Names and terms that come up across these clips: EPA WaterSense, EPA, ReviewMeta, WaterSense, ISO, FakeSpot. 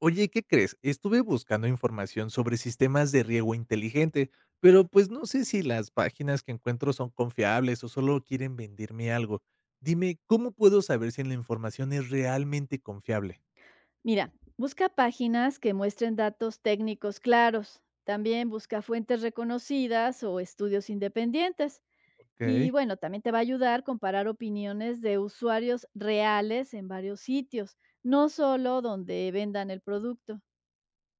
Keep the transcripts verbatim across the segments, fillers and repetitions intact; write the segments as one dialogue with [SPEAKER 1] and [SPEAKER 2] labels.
[SPEAKER 1] Oye, ¿qué crees? Estuve buscando información sobre sistemas de riego inteligente, pero pues no sé si las páginas que encuentro son confiables o solo quieren venderme algo. Dime, ¿cómo puedo saber si la información es realmente confiable?
[SPEAKER 2] Mira, busca páginas que muestren datos técnicos claros. También busca fuentes reconocidas o estudios independientes. Y
[SPEAKER 1] Ok.
[SPEAKER 2] bueno, también te va a ayudar comparar opiniones de usuarios reales en varios sitios, no solo donde vendan el producto.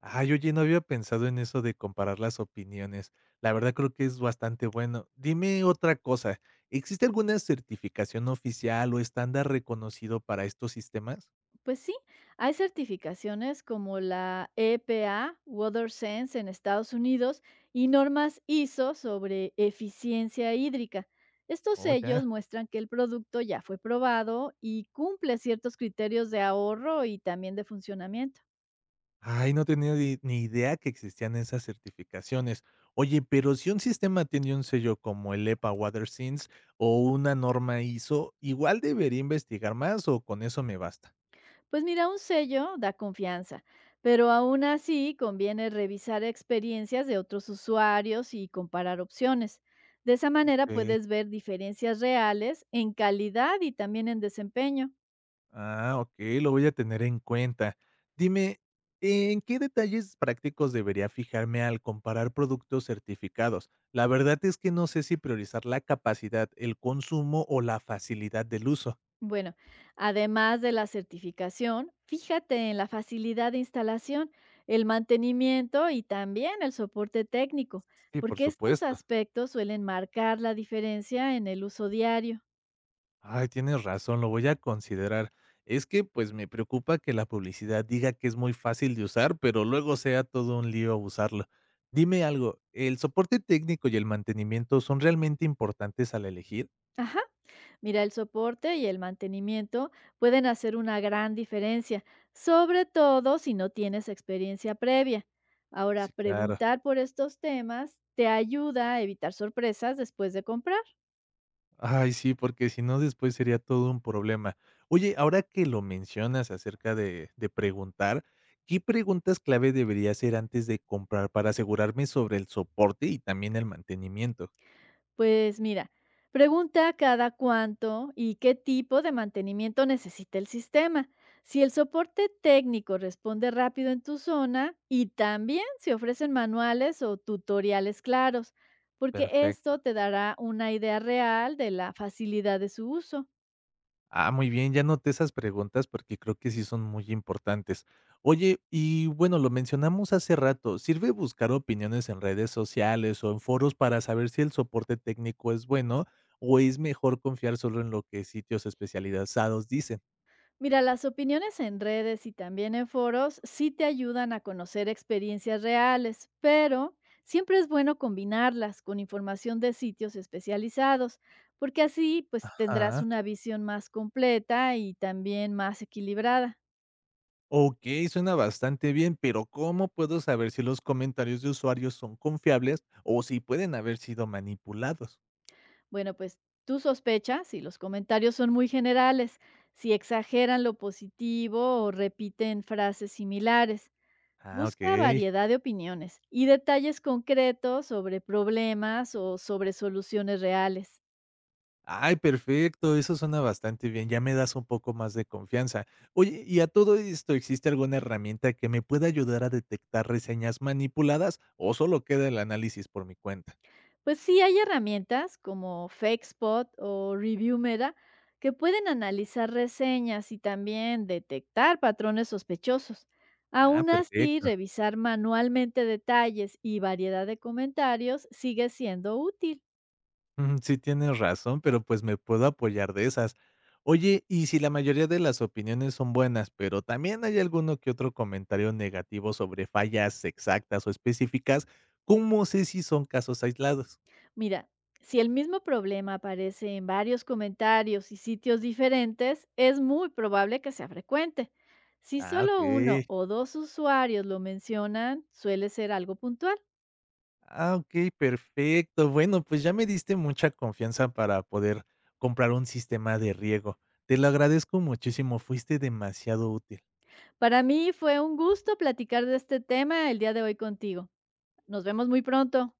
[SPEAKER 1] Ay, oye, no había pensado en eso de comparar las opiniones. La verdad creo que es bastante bueno. Dime otra cosa, ¿existe alguna certificación oficial o estándar reconocido para estos sistemas?
[SPEAKER 2] Pues sí, hay certificaciones como la E P A, WaterSense en Estados Unidos y normas ISO sobre eficiencia hídrica. Estos
[SPEAKER 1] Oh,
[SPEAKER 2] sellos
[SPEAKER 1] ya.
[SPEAKER 2] muestran que el producto ya fue probado y cumple ciertos criterios de ahorro y también de funcionamiento.
[SPEAKER 1] Ay, no tenía ni ni idea que existían esas certificaciones. Oye, pero si un sistema tiene un sello como el E P A WaterSense o una norma I S O, ¿igual debería investigar más o con eso me basta?
[SPEAKER 2] Pues mira, un sello da confianza, pero aún así conviene revisar experiencias de otros usuarios y comparar opciones. De esa manera
[SPEAKER 1] Ok.
[SPEAKER 2] puedes ver diferencias reales en calidad y también en desempeño.
[SPEAKER 1] Ah, ok, lo voy a tener en cuenta. Dime, ¿en qué detalles prácticos debería fijarme al comparar productos certificados? La verdad es que no sé si priorizar la capacidad, el consumo o la facilidad del uso.
[SPEAKER 2] Bueno, además de la certificación, fíjate en la facilidad de instalación, el mantenimiento y también el soporte técnico,
[SPEAKER 1] Sí, por
[SPEAKER 2] porque estos
[SPEAKER 1] supuesto.
[SPEAKER 2] aspectos suelen marcar la diferencia en el uso diario.
[SPEAKER 1] Ay, tienes razón, lo voy a considerar. Es que pues me preocupa que la publicidad diga que es muy fácil de usar, pero luego sea todo un lío usarlo. Dime algo, ¿el soporte técnico y el mantenimiento son realmente importantes al elegir?
[SPEAKER 2] Ajá. Mira, el soporte y el mantenimiento pueden hacer una gran diferencia, sobre todo si no tienes experiencia previa. Ahora,
[SPEAKER 1] Sí, claro.
[SPEAKER 2] preguntar por estos temas te ayuda a evitar sorpresas después de comprar.
[SPEAKER 1] Ay, sí, porque si no después sería todo un problema. Oye, ahora que lo mencionas acerca de, de preguntar, ¿qué preguntas clave debería hacer antes de comprar para asegurarme sobre el soporte y también el mantenimiento?
[SPEAKER 2] Pues mira, pregunta cada cuánto y qué tipo de mantenimiento necesita el sistema. Si el soporte técnico responde rápido en tu zona y también si ofrecen manuales o tutoriales claros, porque esto
[SPEAKER 1] Perfecto.
[SPEAKER 2] te dará una idea real de la facilidad de su uso.
[SPEAKER 1] Ah, muy bien, ya noté esas preguntas porque creo que sí son muy importantes. Oye, y bueno, lo mencionamos hace rato, ¿sirve buscar opiniones en redes sociales o en foros para saber si el soporte técnico es bueno o es mejor confiar solo en lo que sitios especializados dicen?
[SPEAKER 2] Mira, las opiniones en redes y también en foros sí te ayudan a conocer experiencias reales, pero siempre es bueno combinarlas con información de sitios especializados, porque así pues tendrás
[SPEAKER 1] Ajá.
[SPEAKER 2] una visión más completa y también más equilibrada.
[SPEAKER 1] Ok, suena bastante bien, pero ¿cómo puedo saber si los comentarios de usuarios son confiables o si pueden haber sido manipulados?
[SPEAKER 2] Bueno, pues tú sospechas y los comentarios son muy generales, si exageran lo positivo o repiten frases similares.
[SPEAKER 1] Ah, ok.
[SPEAKER 2] Busca variedad de opiniones y detalles concretos sobre problemas o sobre soluciones reales.
[SPEAKER 1] Ay, perfecto, eso suena bastante bien, ya me das un poco más de confianza. Oye, y a todo esto, ¿existe alguna herramienta que me pueda ayudar a detectar reseñas manipuladas o solo queda el análisis por mi cuenta?
[SPEAKER 2] Pues sí hay herramientas como FakeSpot o ReviewMeta que pueden analizar reseñas y también detectar patrones sospechosos.
[SPEAKER 1] Ah,
[SPEAKER 2] Aún así,
[SPEAKER 1] perfecto.
[SPEAKER 2] revisar manualmente detalles y variedad de comentarios sigue siendo útil.
[SPEAKER 1] Mm, sí, tienes razón, pero pues me puedo apoyar de esas. Oye, y si la mayoría de las opiniones son buenas, pero también hay alguno que otro comentario negativo sobre fallas exactas o específicas, ¿cómo sé si son casos aislados?
[SPEAKER 2] Mira, si el mismo problema aparece en varios comentarios y sitios diferentes, es muy probable que sea frecuente. Si
[SPEAKER 1] Ah, ok.
[SPEAKER 2] solo uno o dos usuarios lo mencionan, suele ser algo puntual.
[SPEAKER 1] Ah, okey, perfecto. Bueno, pues ya me diste mucha confianza para poder comprar un sistema de riego. Te lo agradezco muchísimo, fuiste demasiado útil.
[SPEAKER 2] Para mí fue un gusto platicar de este tema el día de hoy contigo. Nos vemos muy pronto.